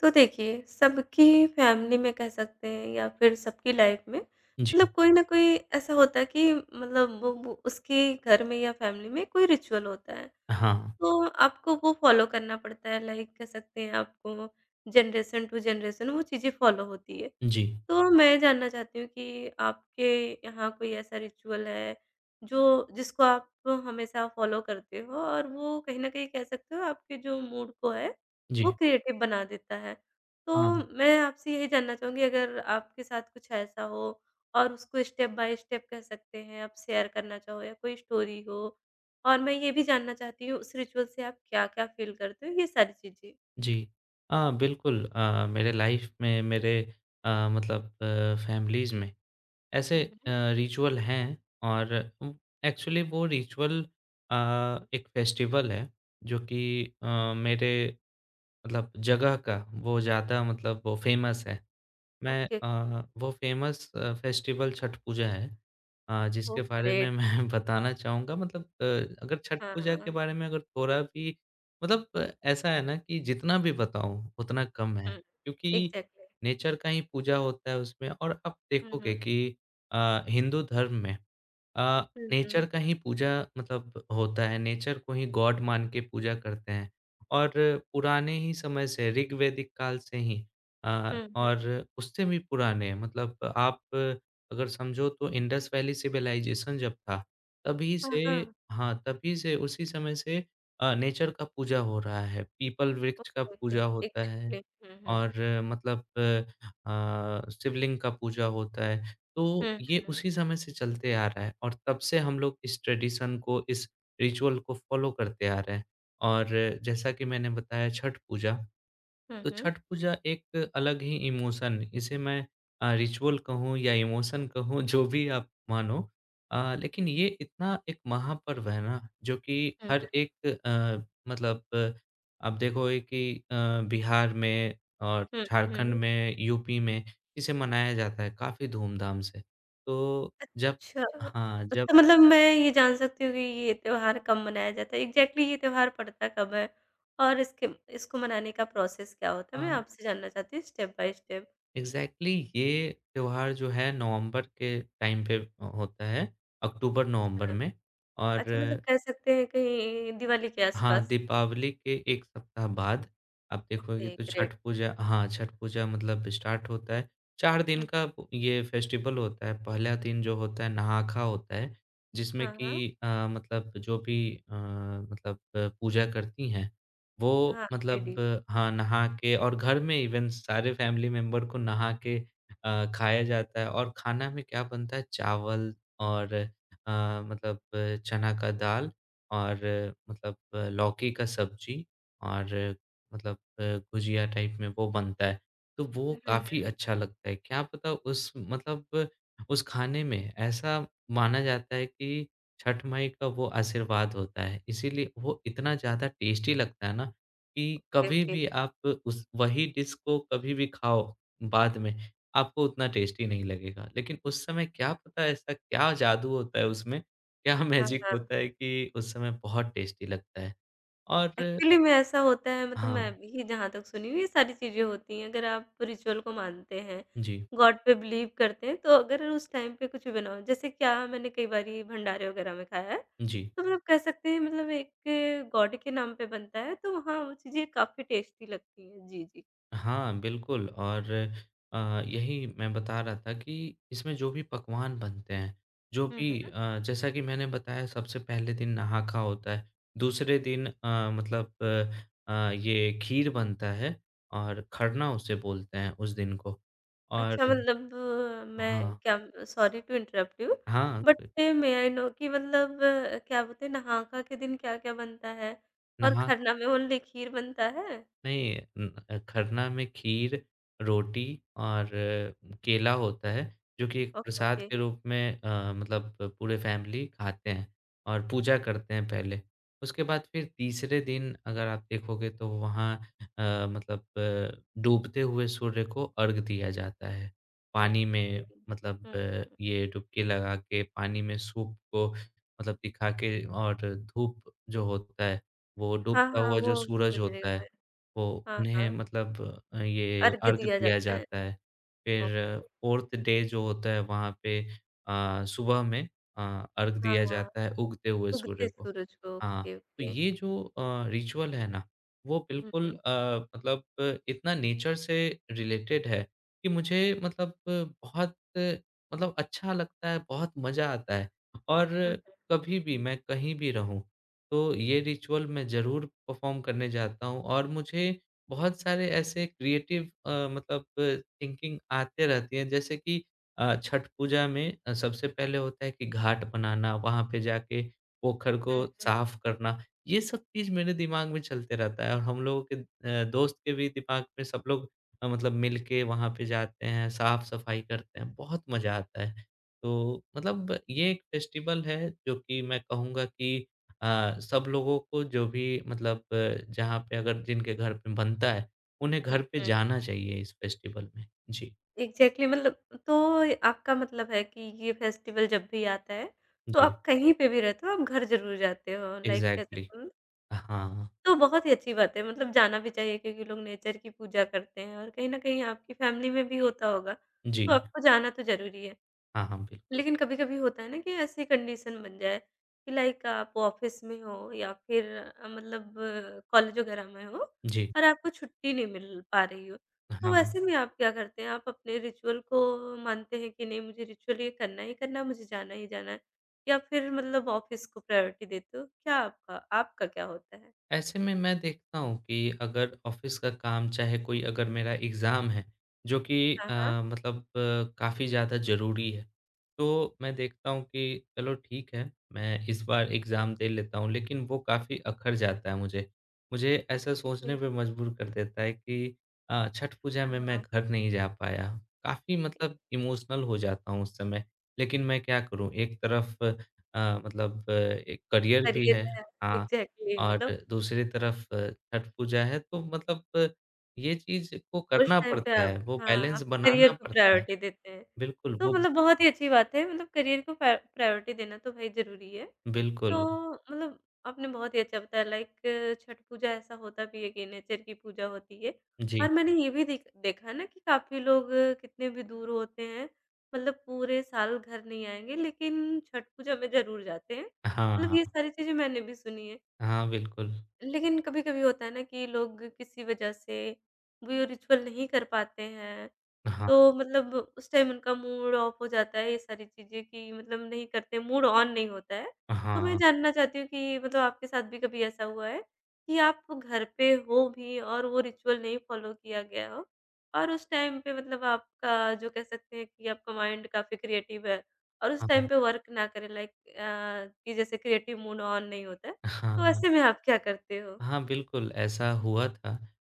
तो देखिए, सबकी फैमिली में कह सकते हैं या फिर सबकी लाइफ में जी। मतलब कोई ना कोई ऐसा होता है कि मतलब वो उसके घर में या फैमिली में कोई रिचुअल होता है। हाँ। तो आपको वो फ़ॉलो करना पड़ता है लाइक कह सकते हैं आपको जनरेशन टू जनरेशन वो चीज़ें फ़ॉलो होती है। जी, तो मैं जानना चाहती हूँ कि आपके यहाँ कोई ऐसा रिचुअल है, जो जिसको आप हमेशा फ़ॉलो करते हो और वो कहीं न कहीं कह सकते हो आपके जो मूड को है, वो जी। क्रिएटिव बना देता है। हाँ, तो मैं आपसे यही जानना चाहूँगी अगर आपके साथ कुछ ऐसा हो और उसको स्टेप बाय स्टेप कह सकते हैं, आप शेयर करना चाहो या कोई स्टोरी हो? और मैं ये भी जानना चाहती हूँ उस रिचुअल से आप क्या-क्या फ़ील करते हो? ये सारी चीज़ें। जी। हाँ, बिल्कुल, मेरे लाइफ़ में मतलब फैमिलीज़ में हुँ, ऐसे हुँ। रिचुअल हैं। और उम, एक्चुअली वो रिचुअल अ, एक फेस्टिवल है, जो कि मेरे मतलब जगह का वो ज़्यादा, मतलब वो फ़ेमस है। मैं, ओके, ओके। वो फ़ेमस फेस्टिवल छठ पूजा है, जिसके ओह बारे में ग्रेट! मैं बताना चाहूँगा, मतलब अगर छठ पूजा के हाँ। बारे में अगर थोड़ा भी मतलब, ऐसा है ना कि जितना भी बताऊँ उतना कम है। हुँ, क्योंकि एग्ज़ैक्टली। नेचर का ही पूजा होता है उसमें, और आप हुँ, हुँ, देखोगे कि हिंदू धर्म में अ, हुँ, नेचर हुँ। का ही पूजा मतलब होता है, नेचर को ही गॉड मान के पूजा करते हैं। और पुराने ही समय से, ऋग्वैदिक काल से ही, हुँ, हुँ। और उससे भी पुराने, मतलब आप अगर समझो तो इंडस वैली सिविलाइजेशन जब था, तभी से, हाँ, हाँ। हाँ, तभी से उसी समय से नेचर का पूजा हो रहा है। पीपल वृक्ष का ओके, ओके, पूजा होता है एग्ज़ैक्टली। हुँ, हुँ। और मतलब शिवलिंग का पूजा होता है। तो हुँ, ये हुँ। उसी समय से चलते आ रहा है और तब से हम लोग इस ट्रेडिशन को, इस रिचुअल को फ़ॉलो करते आ रहे हैं। और जैसा कि मैंने बताया छठ पूजा, हुँ, तो हुँ। छठ पूजा एक अलग ही इमोशन इसे मैं रिचुअल कहूँ या इमोशन कहूँ, जो भी आप मानो, लेकिन ये इतना एक महापर्व है ना, जो कि हर एक मतलब आप देखोगे कि बिहार में और हुँ, हुँ, झारखंड हुँ। में, यूपी में इसे मनाया जाता है काफी धूमधाम से। तो जब, अच्छा, हाँ, जब अच्छा मतलब मैं ये जान सकती हूँ कि ये त्योहार कब मनाया जाता है, एग्ज़ैक्टली ये त्योहार पड़ता कब है? और इसके इसको मनाने का प्रोसेस क्या होता अ है? मैं आपसे जानना चाहती हूँ स्टेप बाय स्टेप। एग्ज़ैक्टली ये त्योहार जो है नवंबर के टाइम पे होता है, अक्टूबर-नवंबर अच्छा, में। और अच्छा मतलब कह सकते हैं कहीं दिवाली के हाँ, आस-पास? दीपावली के 1 सप्ताह बाद आप देखोगे ओके, तो छठ ग्रेट। पूजा, हाँ, छठ पूजा मतलब स्टार्ट होता है। 4 दिन हुँ, का हुँ। ये फेस्टिवल होता है। पहला दिन जो होता है नहा-खा होता है, जिसमें हाँ, कि हाँ। मतलब जो भी अ, मतलब पूजा करती हैं, वो हाँ, मतलब लेडीज़। हाँ, नहा के और घर में इवेन सारे फैमिली मेंबर को नहा के खाया जाता है। और खाना में क्या बनता है? चावल और मतलब चना का दाल, और मतलब लौकी का सब्जी, और मतलब गुजिया टाइप में वो बनता है। तो वो हुँ, हुँ। काफ़ी अच्छा लगता है। क्या पता उस मतलब उस खाने में ऐसा माना जाता है कि छठ माई का वो आशीर्वाद होता है, इसीलिए वो इतना ज़्यादा टेस्टी लगता है ना, कि ओके, कभी ओके। भी आप उस वही डिश को कभी भी खाओ बाद में, आपको उतना टेस्टी नहीं लगेगा। लेकिन उस समय क्या पता ऐसा क्या जादू होता है उसमें, क्या हाँ, मैजिक हाँ। होता है कि उस समय बहुत टेस्टी लगता है। और एक्चुअली में ऐसा होता है मतलब मैं हाँ, भी जहाँ तक सुनी हूँ ये सारी चीज़ें होती हैं। अगर आप रिचुअल को मानते हैं, जी, गॉड पे बिलीव करते हैं, तो अगर उस टाइम पे कुछ भी बनाओ जैसे क्या मैंने कई बारी भंडारे वग़ैरह में खाया है, जी। तो मतलब कह सकते हैं मतलब एक गॉड के नाम पे बनता है, तो वहाँ वो चीज़ें काफ़ी टेस्टी लगती हैं। जी, जी। हाँ, बिल्कुल। और यही मैं बता रहा था कि इसमें जो भी पकवान बनते हैं, जो हुँ, भी हुँ। जैसा कि मैंने बताया, सबसे पहले दिन नहाका होता है, दूसरे दिन मतलब ये खीर बनता है और खरना उसे बोलते हैं उस दिन को। और अच्छा मतलब मैं हाँ, क्या सॉरी टू इंटरप्ट यू हाँ, बट मे आई नो कि मतलब क्या बोलते हैं, नहाका के दिन क्या-क्या बनता है? और नहा खरना में ओनली खीर बनता है? नहीं, खरना में खीर, रोटी और केला होता है, जो कि एक प्रसाद ओके, के रूप में मतलब पूरे फैमिली खाते हैं और पूजा करते हैं पहले। उसके बाद फिर तीसरे दिन अगर आप देखोगे तो वहाँ मतलब डूबते हुए सूर्य को अर्घ दिया जाता है। पानी ओके, में ओके। मतलब हुँ, हुँ। ये डुबकी लगा के पानी में सूप को मतलब दिखा के, और धूप जो होता है, वो हाँ, डूबता हाँ, हुआ जो वो सूरज समझ रही होता हूँ है, मैं। तो हाँ, उन्हें हाँ, मतलब ये अर्घ्य अर्घ दिया दिया जाता है? जाता है। फिर ओके। 4th डे जो होता है, वहाँ पे सुबह में अ, अर्घ हाँ, दिया हाँ, जाता है उगते हुए सूर्य उगते को। सूरज को, हाँ, ओके, तो ओके। ये जो रिचुअल है ना, वो हुँ, बिल्कुल हुँ। मतलब इतना नेचर से रिलेटेड है कि मुझे मतलब, बहुत मतलब अच्छा लगता है, बहुत मज़ा आता है। और हुँ, कभी भी मैं कहीं भी रहूँ, तो ये रिचुअल मैं ज़रूर परफ़ॉर्म करने जाता हूँ। और मुझे बहुत सारे ऐसे क्रिएटिव मतलब थिंकिंग आते रहती है, जैसे कि छठ पूजा में सबसे पहले होता है कि घाट बनाना, वहाँ पे जाके वो घर को हुँ, हुँ, साफ करना, ये सब चीज़ मेरे दिमाग में चलते रहता है। और हम लोगों के दोस्त के भी दिमाग में, सब लोग मतलब मिल के वहाँ पे जाते हैं, साफ-सफाई करते हैं, बहुत मज़ा आता है। तो मतलब ये एक फेस्टिवल है जो कि मैं कहूँगा कि सब लोगों को, जो भी मतलब जहाँ पे अगर जिनके घर पे बनता है, उन्हें हुँ, घर पे हुँ। जाना चाहिए इस फेस्टिवल में। जी, एग्ज़ैक्टली मतलब तो आपका मतलब है कि ये फेस्टिवल जब भी आता है, तो जी, आप कहीं पे भी रहते हो, आप घर ज़रूर जाते हो लाइक कह एग्ज़ैक्टली। सकते हो हाँ, तो बहुत ही अच्छी बात है मतलब जाना भी चाहिए क्योंकि लोग नेचर की पूजा करते हैं और कहीं न कहीं आपकी फैमिली में भी होता होगा, जी। तो आपको जाना तो ज़रूरी है। हाँ, हाँ, बिल्कुल। लेकिन कभी-कभी होता है ना कि ऐसी कंडीशन बन जाए कि लाइक आप ऑफिस में हो या फिर मतलब कॉलेज वगैरह में हो जी, और आपको छुट्टी नहीं मिल पा रही हो, तो हाँ। वैसे में आप क्या करते हैं? आप अपने रिचुअल को मानते हैं कि नहीं मुझे रिचुअल ये करना ही करना है, मुझे जाना ही जाना है या फिर मतलब ऑफिस को प्रायोरिटी देते हो? क्या आपका आपका क्या होता है? ऐसे में मैं देखता हूँ कि अगर ऑफिस का काम, चाहे कोई, अगर मेरा एग्ज़ाम है, जो कि हाँ, अ, हाँ। मतलब काफ़ी ज़्यादा ज़रूरी है, तो मैं देखता हूँ कि चलो ठीक है, मैं इस बार एग्ज़ाम दे लेता हूँ, लेकिन वो काफ़ी अखर जाता है मुझे। मुझे ऐसा सोचने जी, पे मजबूर कर देता है कि छठ पूजा हाँ, में मैं हाँ। घर नहीं जा पाया। काफ़ी एक मतलब इमोशनल हो जाता हूँ उस समय, लेकिन मैं क्या करूँ? एक तरफ मतलब एक करियर भी करियर है, है हाँ, एग्ज़ैक्टली और मतलब दूसरी तरफ छठ पूजा है। तो मतलब ये चीज़ को उस करना टाइम पे पड़ता आप है, वो हाँ, बैलेंस आप बनाना करियर को पड़ता है। प्रायोरिटी देते हैं। बिल्कुल, तो वो मतलब बहुत ही अच्छी बात है मतलब करियर को प्रायोरिटी देना तो भाई ज़रूरी है। बिल्कुल, तो मतलब आपने बहुत ही अच्छा बताया लाइक छठ पूजा ऐसा होता भी है कि नेचर की पूजा होती है। जी। और मैंने ये भी देखा ना कि काफ़ी लोग कितने भी दूर होते हैं, मतलब पूरे साल घर नहीं आएँगे लेकिन छठ पूजा में ज़रूर जाते हैं। हाँ, मतलब ये हाँ, सारी चीज़ें मैंने भी सुनी है। हाँ, बिल्कुल। लेकिन कभी-कभी होता है ना कि लोग किसी वजह से वो रिचुअल नहीं कर पाते हैं, हाँ, तो मतलब उस टाइम उनका मूड ऑफ हो जाता है ये सारी चीज़ें कि मतलब नहीं करते, मूड ऑन नहीं होता है। तो मैं हाँ, जानना चाहती हूँ कि मतलब आपके साथ भी कभी ऐसा हुआ है कि आप घर पे हो भी और वो रिचुअल नहीं फॉलो किया गया हो और उस टाइम पे मतलब आपका जो कह सकते हैं कि आपका माइंड काफ़ी क्रिएटिव है और उस टाइम हाँ, पे वर्क ना करे लाइक कि जैसे क्रिएटिव मूड ऑन नहीं होता है, तो हाँ। ऐसे में आप क्या करते हो? हाँ, बिल्कुल, ऐसा हुआ था।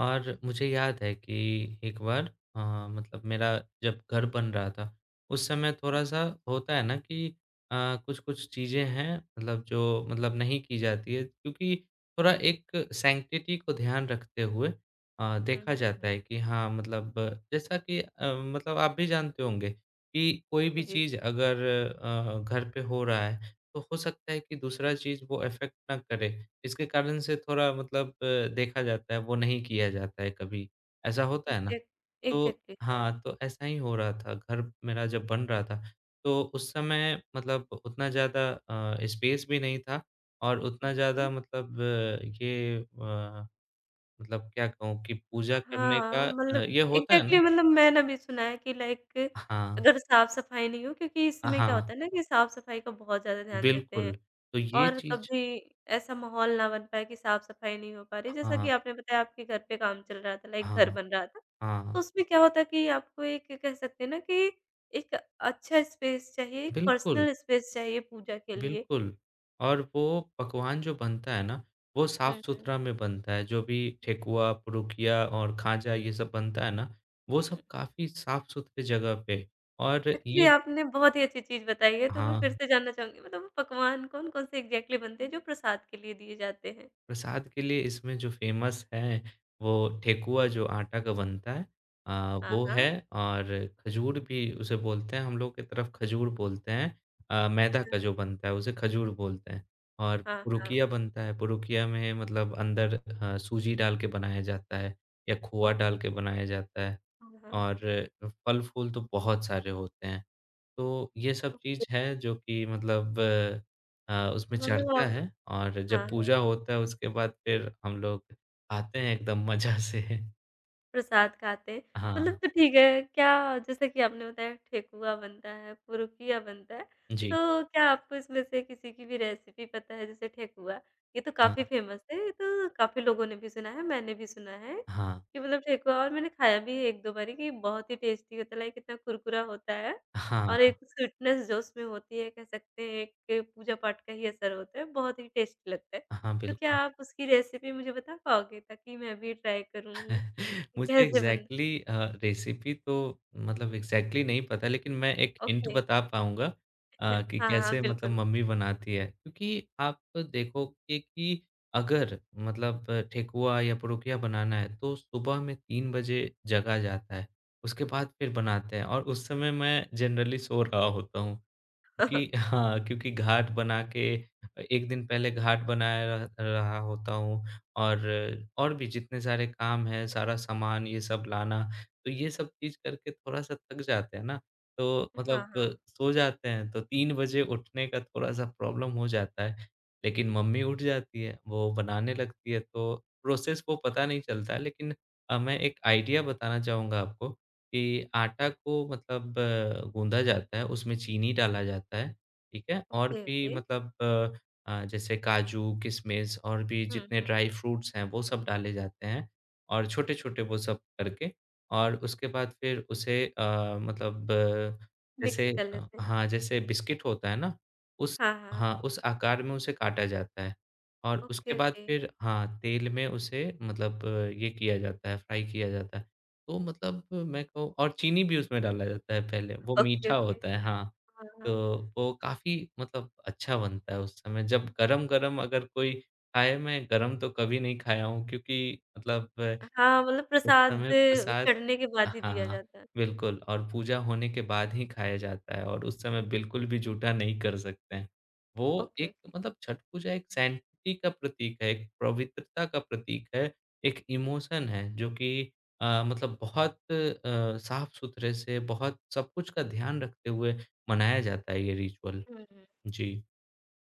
और मुझे याद है कि 1 बार मतलब मेरा जब घर बन रहा था, उस समय हुँ। थोड़ा-सा होता है ना कि अ, कुछ-कुछ चीज़ें हैं, मतलब जो मतलब नहीं की जाती है, क्योंकि थोड़ा एक सैंक्टिटी को ध्यान रखते हुए हुँ, हुँ, देखा जाता हुँ। है कि हाँ, मतलब जैसा कि मतलब आप भी जानते होंगे कि कोई भी जी, चीज़ अगर घर पे हो रहा है, तो हो सकता है कि दूसरा चीज़ वो अफ़ेक्ट ना करे। इसके कारण से थोड़ा मतलब देखा जाता है, वो नहीं किया जाता है कभी, ऐसा होता है ना? एग्ज़ैक्ट तो एग्ज़ैक्टली हाँ। हाँ, तो ऐसा ही हो रहा था, घर मेरा जब बन रहा था, तो उस समय मतलब उतना ज़्यादा स्पेस भी नहीं था, और हुँ, उतना ज़्यादा हुँ। मतलब ये मतलब क्या कहूँ कि पूजा करने का हाँ, मतलब ये होता है ना। एग्ज़ैक्टली मतलब मैंने भी सुना है कि लाइक हाँ, अगर साफ-सफाई नहीं हो क्योंकि इसमें क्या हाँ, होता है ना कि साफ-सफाई का बहुत ज़्यादा ध्यान देते बिल्कुल। हैं तो ये और चीज़, कभी ऐसा माहौल ना बन पाए कि साफ-सफाई नहीं हो पा रही। जैसा हाँ, कि आपने बताया आपके घर पे काम चल रहा था, लाइक हाँ, घर बन रहा था, तो हाँ, उसमें क्या होता है कि आपको एक कह सकते हैं ना कि एक अच्छा स्पेस चाहिए, एक बिल्कुल। पर्सनल स्पेस चाहिए पूजा के लिए। बिल्कुल, और वो पकवान जो बनता है ना, वो हुँ, हुँ। साफ़-सुथरा में बनता है। जो भी ठेकुआ, पुरुकिया और खाजा, ये सब बनता है ना, वो सब काफ़ी साफ़-सुथरी जगह पे। और एक्चुअली ये आपने बहुत ही अच्छी चीज़ बताई है, तो मैं फिर हाँ। से जानना चाहूँगी मतलब वो पकवान कौन-कौन से एग्ज़ैक्टली बनते हैं जो प्रसाद के लिए दिए जाते हैं? प्रसाद के लिए इसमें जो फ़ेमस है, वो ठेकुआ, जो आटा का बनता है, हाँ, वो है। हाँ। और खजूर भी उसे बोलते हैं, हम लोग की तरफ खजूर बोलते हैं। मैदा अच्छा। का जो बनता है, उसे खजूर बोलते हैं। और हाँ, हाँ। पुरुकिया बनता है, पुरुकिया में मतलब अंदर सूजी डाल के बनाया जाता है, या खोआ ओके, डाल ओके। के बनाया जाता है। हाँ, हाँ। और फल-फूल तो बहुत सारे होते हैं। तो ये सब ओके। चीज़ है जो कि मतलब उसमें मतलब चलता आप है, और हाँ, जब हाँ। पूजा होता है उसके बाद फिर हम लोग खाते हैं एकदम मज़ा से। प्रसाद खाते हैं। मतलब हाँ, तो ठीक है, क्या जैसे कि आपने बताया ठेकुआ बनता है, पुरुकिया बनता है, जी। तो क्या आपको इसमें से किसी की भी रेसिपी पता है जैसे ठेकुआ? ये तो हाँ, काफ़ी फ़ेमस है, ये तो काफ़ी लोगों ने भी सुना है, मैंने भी सुना है हाँ, कि मतलब ठेकुआ और मैंने खाया भी है 1-2 बारी कि बहुत ही टेस्टी होता है, लाइक इतना कुरकुरा होता है हाँ, और एक स्वीटनेस जो उसमें होती है कह सकते हैं एक पूजा-पाठ का ही असर होता है, बहुत ही टेस्टी लगता है। हाँ, तो क्या बिल्कुल। आप उसकी रेसिपी मुझे बता पाओगे ताकि मैं भी ट्राई करूँ? मुझे कैसे बंद एग्ज़ैक्टली रेसिपी तो मतलब एग्ज़ैक्टली नहीं पता, लेकिन मैं एक हिंट ओके। बता पाऊँगा कि हाँ, हाँ, कैसे मतलब बिल्कुल। मम्मी बनाती है। क्योंकि आप देखोगे कि अगर मतलब ठेकुआ या पुरुकिया बनाना है, तो सुबह में 3 बजे जगा जाता है। उसके बाद फिर बनाते हैं, और उस समय मैं जनरली सो रहा होता हूँ। क्योंकि, हाँ, क्योंकि घाट बना के, 1 दिन पहले घाट बनाया, रह रहा होता हूँ। और और भी जितने सारे काम हैं, सारा सामान ये सब लाना, तो ये सब चीज़ करके थोड़ा-सा थक जाते हैं ना, तो हाँ, मतलब हाँ। सो जाते हैं। तो 3 बजे उठने का थोड़ा-सा प्रॉब्लम हो जाता है। लेकिन मम्मी उठ जाती है, वो बनाने लगती है, तो प्रोसेस वो पता नहीं चलता है, लेकिन मैं एक आइडिया बताना चाहूँगा आपको कि आटा को मतलब गूँधा जाता है, उसमें चीनी डाला जाता है, ठीक है? और ओके, भी ओके। मतलब जैसे काजू, किशमिश और भी हुँ, जितने हुँ, ड्राई फ्रूट्स हैं, वो सब डाले जाते हैं, और हुँ, छोटे-छोटे वो हुँ। सब करके, और उसके बाद फिर उसे मतलब मिक्स जैसे, कर लेते हैं। हाँ, जैसे बिस्किट होता है ना, उस हाँ, हाँ। हाँ, उस आकार में उसे काटा जाता है। और उसके ओके, बाद ओके। फिर, हाँ, तेल में उसे मतलब ये किया जाता है, फ्राई किया जाता है। तो मतलब मैं कहूँ, और चीनी भी उसमें डाला जाता है पहले, वो ओके, मीठा ओके। होता है, हाँ। हाँ, हाँ। तो वो काफ़ी मतलब अच्छा बनता है उस समय, जब गरम-गरम अगर कोई खाए। मैं गरम तो कभी नहीं खाया हूँ क्योंकि मतलब हाँ, मतलब उस प्रसाद समय प्रसाद, चढ़ने के बाद ही हाँ, दिया हाँ, जाता है। बिल्कुल, और पूजा होने के बाद ही खाया जाता है, और उस समय बिल्कुल भी जूठा नहीं कर सकते हैं। वो ओके। एक मतलब छठ पूजा एक सैंक्टिटी का प्रतीक है, एक पवित्रता का प्रतीक है, एक इमोशन है, जो कि मतलब बहुत साफ-सुथरे से, बहुत सब कुछ का ध्यान रखते हुए मनाया जाता है ये रिचुअल। हुँ, हुँ। जी।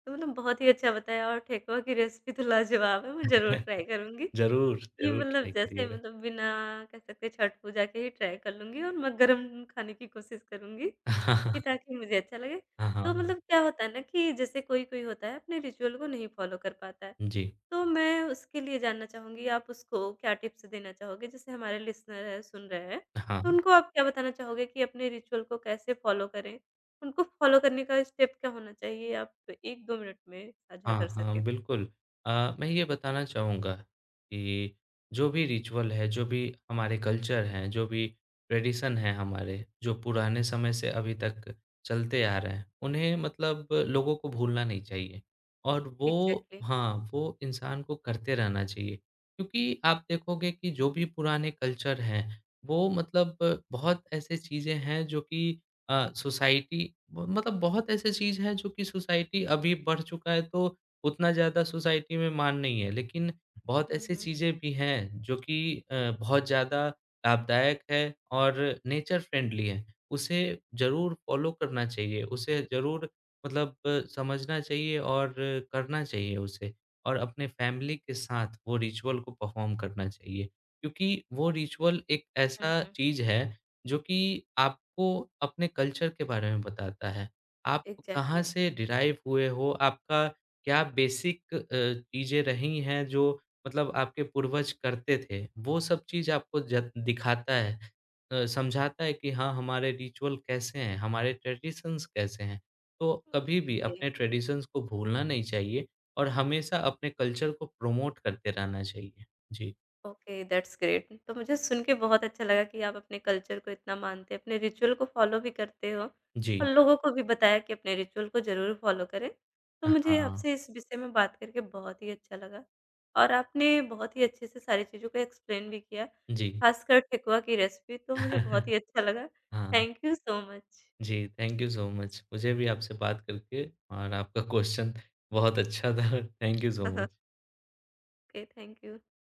तो मतलब बहुत ही अच्छा बताया और ठेकुआ की रेसिपी तो लाजवाब है, मैं ज़रूर ट्राई करूँगी। ज़रूर, ये ज़रूर ट्राई मतलब जैसे करिएगा। मतलब बिना कह सकते छठ पूजा के ही ट्राई कर लूँगी और मैं गरम खाने की कोशिश करूँगी, कि ताकि मुझे अच्छा लगे। हाँ, हाँ, तो हाँ। मतलब क्या होता है ना कि जैसे कोई-कोई होता है अपने रिचुअल को नहीं फ़ॉलो कर पाता है, जी, तो मैं उसके लिए जानना चाहूँगी आप उसको क्या टिप्स देना चाहोगे? जैसे हमारे लिसनर हैं, सुन रहे हैं, तो हाँ। उनको आप क्या बताना चाहोगे कि अपने रिचुअल को कैसे फ़ॉलो करें? उनको फ़ॉलो करने का स्टेप क्या होना चाहिए? आप 1-2 मिनट में साझा हाँ, कर हाँ, सकें तो। बिल्कुल। मैं ये बताना चाहूँगा कि जो भी रिचुअल है, जो भी हमारे कल्चर हैं, जो भी ट्रेडिशन हैं हमारे, जो पुराने समय से अभी तक चलते आ रहे हैं, उन्हें मतलब लोगों को भूलना नहीं चाहिए। और वो, एग्ज़ैक्टली। हाँ, वो इंसान को करते रहना चाहिए। क्योंकि आप देखोगे कि जो भी पुराने कल्चर हैं, वो मतलब बहुत ऐसे चीज़ें हैं जो कि सोसाइटी ब मतलब बहुत ऐसी चीज़ है, जो कि सोसाइटी अभी बढ़ चुका है, तो उतना ज़्यादा सोसाइटी में मान नहीं है। लेकिन बहुत हुँ, ऐसी हुँ। चीज़ें भी हैं जो कि बहुत ज़्यादा लाभदायक है और नेचर फ्रेंडली है। उसे ज़रूर फॉलो करना चाहिए, उसे ज़रूर मतलब समझना चाहिए और करना चाहिए उसे, और अपने फैमिली के साथ वो रिचुअल को परफ़ॉर्म करना चाहिए। क्योंकि वो रिचुअल एक हुँ, ऐसा हुँ। चीज़ है जो कि आपको अपने कल्चर के बारे में बताता है। आप कहाँ एग्ज़ैक्टली। से डिराइव हुए हो, आपका क्या बेसिक चीज़ें रही हैं, जो मतलब आपके पूर्वज करते थे, वो सब चीज़ आपको जत दिखाता है, समझाता है कि हाँ, हमारे रिचुअल कैसे हैं, हमारे ट्रेडिशंस कैसे हैं। तो कभी ओके, भी ओके, अपने ट्रेडिशंस को भूलना नहीं चाहिए, और हमेशा अपने कल्चर को प्रमोट करते रहना चाहिए। जी, ओके दैट्स ग्रेट। तो मुझे सुन के बहुत अच्छा लगा कि आप अपने कल्चर को इतना मानते हैं, अपने रिचुअल को फ़ॉलो भी करते हो और जी। लोगों को भी बताया कि अपने रिचुअल को ज़रूर फ़ॉलो करें। तो मुझे हाँ, आपसे इस विषय में बात करके बहुत ही अच्छा लगा और आपने बहुत ही अच्छे से सारी चीज़ों को एक्सप्लेन भी किया, जी। ख़ासकर ठेकुआ की रेसिपी तो मुझे बहुत ही अच्छा लगा। हाँ, थैंक यू सो मच। जी, थैंक यू सो मच। मुझे भी आपसे बात करके और आपका क्वेश्चन बहुत अच्छा था। Thank you so much. Okay, thank you.